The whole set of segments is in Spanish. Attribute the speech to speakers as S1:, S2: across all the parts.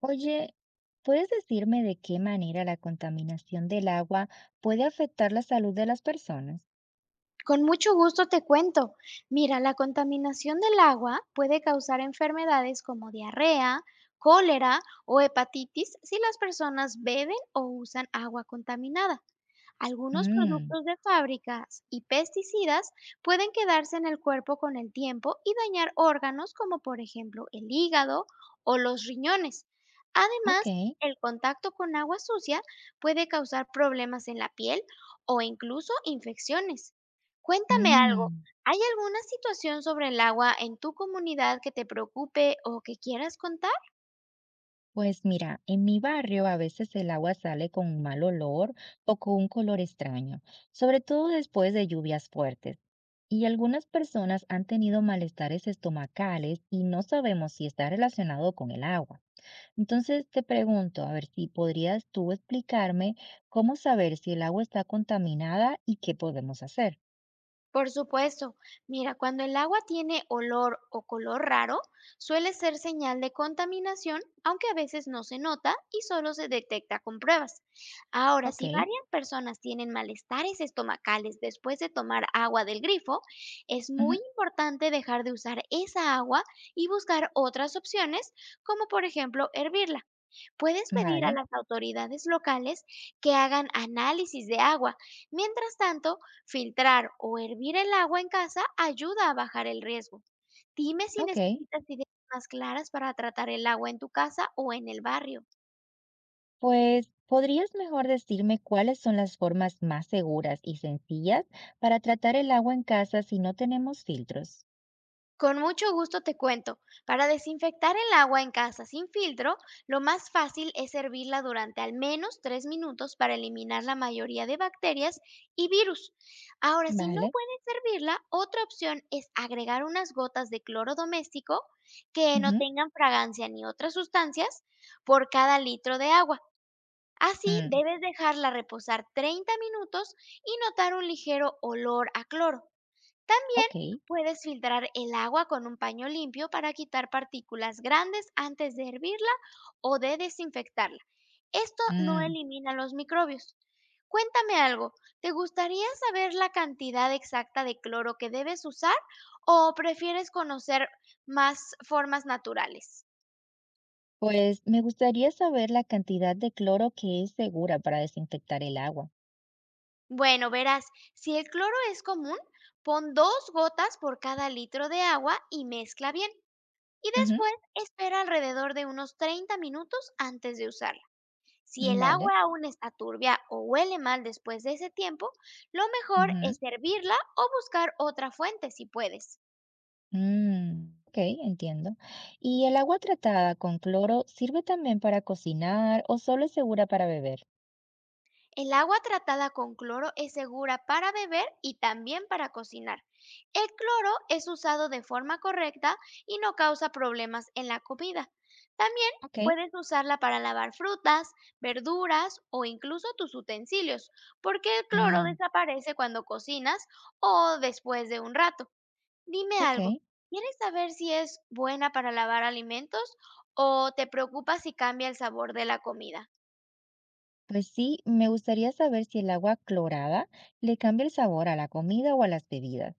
S1: Oye, ¿puedes decirme de qué manera la contaminación del agua puede afectar la salud de las personas?
S2: Con mucho gusto te cuento. Mira, la contaminación del agua puede causar enfermedades como diarrea, cólera o hepatitis si las personas beben o usan agua contaminada. Algunos
S1: Mm,
S2: productos de fábricas y pesticidas pueden quedarse en el cuerpo con el tiempo y dañar órganos como por ejemplo el hígado o los riñones.
S1: ok.
S2: Además, el contacto con agua sucia puede causar problemas en la piel o incluso infecciones. Cuéntame algo,
S1: Mm,
S2: ¿hay alguna situación sobre el agua en tu comunidad que te preocupe o que quieras contar?
S1: pues mira, en mi barrio a veces el agua sale con un mal olor o con un color extraño, sobre todo después de lluvias fuertes. Y algunas personas han tenido malestares estomacales y no sabemos si está relacionado con el agua. Entonces te pregunto, a ver si podrías tú explicarme cómo saber si el agua está contaminada y qué podemos hacer.
S2: Por supuesto, mira, cuando el agua tiene olor o color raro, suele ser señal de contaminación, aunque a veces no se nota y solo se detecta con pruebas. Ahora,
S1: Ok,
S2: si varias personas tienen malestares estomacales después de tomar agua del grifo, es
S1: ujú,
S2: muy importante dejar de usar esa agua y buscar otras opciones, como por ejemplo hervirla. Puedes pedir a
S1: vale,
S2: las autoridades locales que hagan análisis de agua. Mientras tanto, filtrar o hervir el agua en casa ayuda a bajar el riesgo. Dime si
S1: ok.
S2: necesitas ideas más claras para tratar el agua en tu casa o en el barrio.
S1: Pues, ¿podrías mejor decirme cuáles son las formas más seguras y sencillas para tratar el agua en casa si no tenemos filtros?
S2: Con mucho gusto te cuento. Para desinfectar el agua en casa sin filtro, lo más fácil es hervirla durante al menos 3 minutos para eliminar la mayoría de bacterias y virus. Ahora, si no
S1: Vale,
S2: puedes hervirla, otra opción es agregar unas gotas de cloro doméstico que no
S1: ujú,
S2: tengan fragancia ni otras sustancias por cada litro de agua. Así
S1: mm,
S2: debes dejarla reposar 30 minutos y notar un ligero olor a cloro. También
S1: ok.
S2: puedes filtrar el agua con un paño limpio para quitar partículas grandes antes de hervirla o de desinfectarla. Esto no
S1: Mm.
S2: elimina los microbios. Cuéntame algo, ¿te gustaría saber la cantidad exacta de cloro que debes usar o prefieres conocer más formas naturales?
S1: Pues me gustaría saber la cantidad de cloro que es segura para desinfectar el agua.
S2: Bueno, verás, si el cloro es común, pon 2 gotas por cada litro de agua y mezcla bien. Y
S1: Ujú,
S2: después espera alrededor de unos 30 minutos antes de usarla. Si el
S1: vale.
S2: agua aún está turbia o huele mal después de ese tiempo, lo mejor
S1: Ujú.
S2: es servirla o buscar otra fuente si puedes.
S1: Ok, entiendo. ¿Y el agua tratada con cloro sirve también para cocinar o solo es segura para beber?
S2: El agua tratada con cloro es segura para beber y también para cocinar. El cloro es usado de forma correcta y no causa problemas en la comida. También
S1: Ok,
S2: puedes usarla para lavar frutas, verduras o incluso tus utensilios, porque el cloro
S1: mm,
S2: desaparece cuando cocinas o después de un rato. Dime
S1: ok.
S2: algo, ¿quieres saber si es buena para lavar alimentos o te preocupa si cambia el sabor de la comida?
S1: Pues sí, me gustaría saber si el agua clorada le cambia el sabor a la comida o a las bebidas.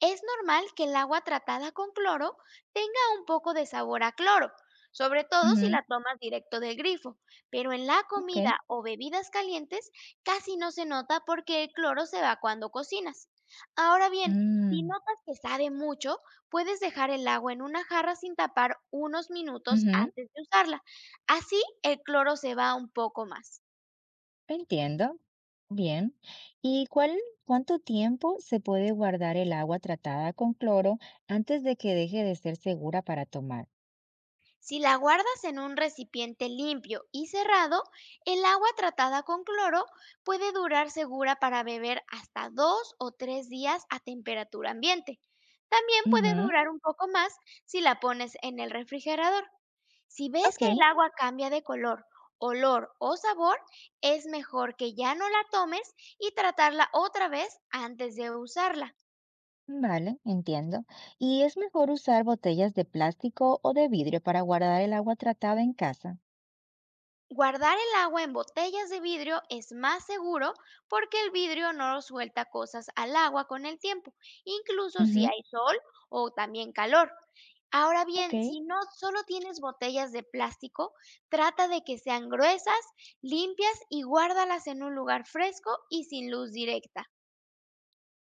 S2: Es normal que el agua tratada con cloro tenga un poco de sabor a cloro, sobre todo si
S1: Ujú,
S2: la tomas directo del grifo, pero en la
S1: ok,
S2: comida o bebidas calientes casi no se nota porque el cloro se va cuando cocinas. Ahora bien, si
S1: mm,
S2: notas que sabe mucho, puedes dejar el agua en una jarra sin tapar unos minutos
S1: ujú,
S2: antes de usarla. Así el cloro se va un poco más.
S1: entiendo. Bien. ¿Y cuál, cuánto tiempo se puede guardar el agua tratada con cloro antes de que deje de ser segura para tomar?
S2: Si la guardas en un recipiente limpio y cerrado, el agua tratada con cloro puede durar segura para beber hasta 2 o 3 días a temperatura ambiente. También puede
S1: Ujú,
S2: durar un poco más si la pones en el refrigerador. Si ves
S1: ok.
S2: que el agua cambia de color, olor o sabor, es mejor que ya no la tomes y tratarla otra vez antes de usarla.
S1: Vale, entiendo. ¿Y es mejor usar botellas de plástico o de vidrio para guardar el agua tratada en casa?
S2: Guardar el agua en botellas de vidrio es más seguro porque el vidrio no suelta cosas al agua con el tiempo, incluso si
S1: Ujú,
S2: hay sol o también calor. Ahora
S1: ok,
S2: bien, si no solo tienes botellas de plástico, trata de que sean gruesas, limpias y guárdalas en un lugar fresco y sin luz directa.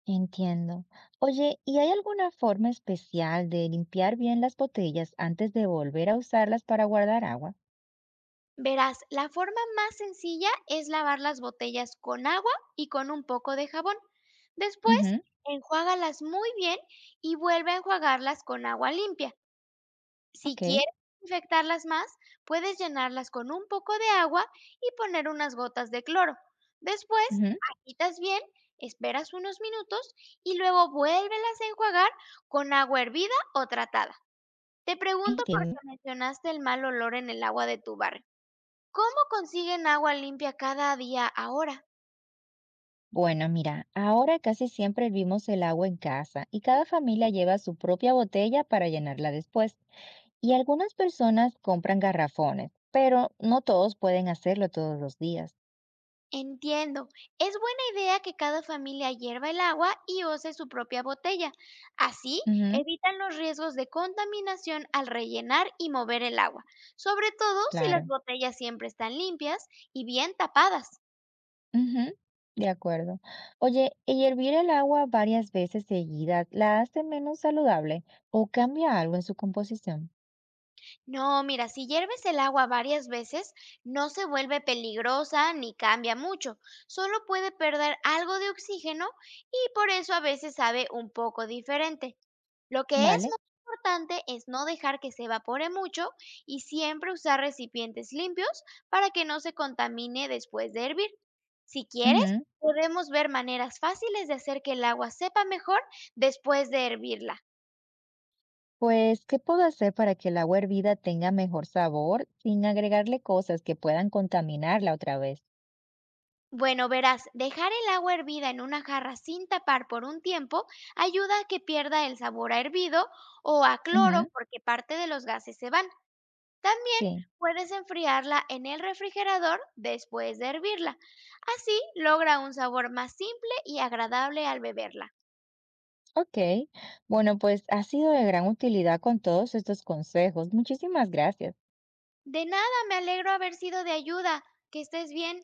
S1: entiendo. Oye, ¿y hay alguna forma especial de limpiar bien las botellas antes de volver a usarlas para guardar agua?
S2: Verás, la forma más sencilla es lavar las botellas con agua y con un poco de jabón. Después,
S1: Ujú,
S2: enjuágalas muy bien y vuelve a enjuagarlas con agua limpia. Si
S1: ok,
S2: quieres infectarlas más, puedes llenarlas con un poco de agua y poner unas gotas de cloro. Después,
S1: ujú,
S2: agitas bien, esperas unos minutos y luego vuélvelas a enjuagar con agua hervida o tratada. Te pregunto por qué
S1: entiendo.
S2: mencionaste el mal olor en el agua de tu barrio. ¿Cómo consiguen agua limpia cada día ahora?
S1: Bueno, mira, ahora casi siempre hervimos el agua en casa y cada familia lleva su propia botella para llenarla después. Y algunas personas compran garrafones, pero no todos pueden hacerlo todos los días.
S2: Entiendo, es buena idea que cada familia hierva el agua y use su propia botella. Así
S1: Ujú,
S2: evitan los riesgos de contaminación al rellenar y mover el agua, sobre todo si las
S1: claro.
S2: botellas siempre están limpias y bien tapadas.
S1: Ujú, de acuerdo. Oye, ¿y hervir el agua varias veces seguidas la hace menos saludable o cambia algo en su composición?
S2: No, mira, si hierves el agua varias veces, no se vuelve peligrosa ni cambia mucho, solo puede perder algo de oxígeno y por eso a veces sabe un poco diferente. Lo que es
S1: ¿Vale?
S2: muy importante es no dejar que se evapore mucho y siempre usar recipientes limpios para que no se contamine después de hervir. Si quieres,
S1: Ujú.
S2: podemos ver maneras fáciles de hacer que el agua sepa mejor después de hervirla.
S1: Pues, ¿qué puedo hacer para que el agua hervida tenga mejor sabor sin agregarle cosas que puedan contaminarla otra vez?
S2: Bueno, verás, dejar el agua hervida en una jarra sin tapar por un tiempo ayuda a que pierda el sabor a hervido o a cloro
S1: Ujú,
S2: porque parte de los gases se van. También
S1: sí.
S2: puedes enfriarla en el refrigerador después de hervirla. Así logra un sabor más simple y agradable al beberla.
S1: Ok, bueno, pues ha sido de gran utilidad con todos estos consejos. Muchísimas gracias.
S2: De nada, me alegro haber sido de ayuda. Que estés bien.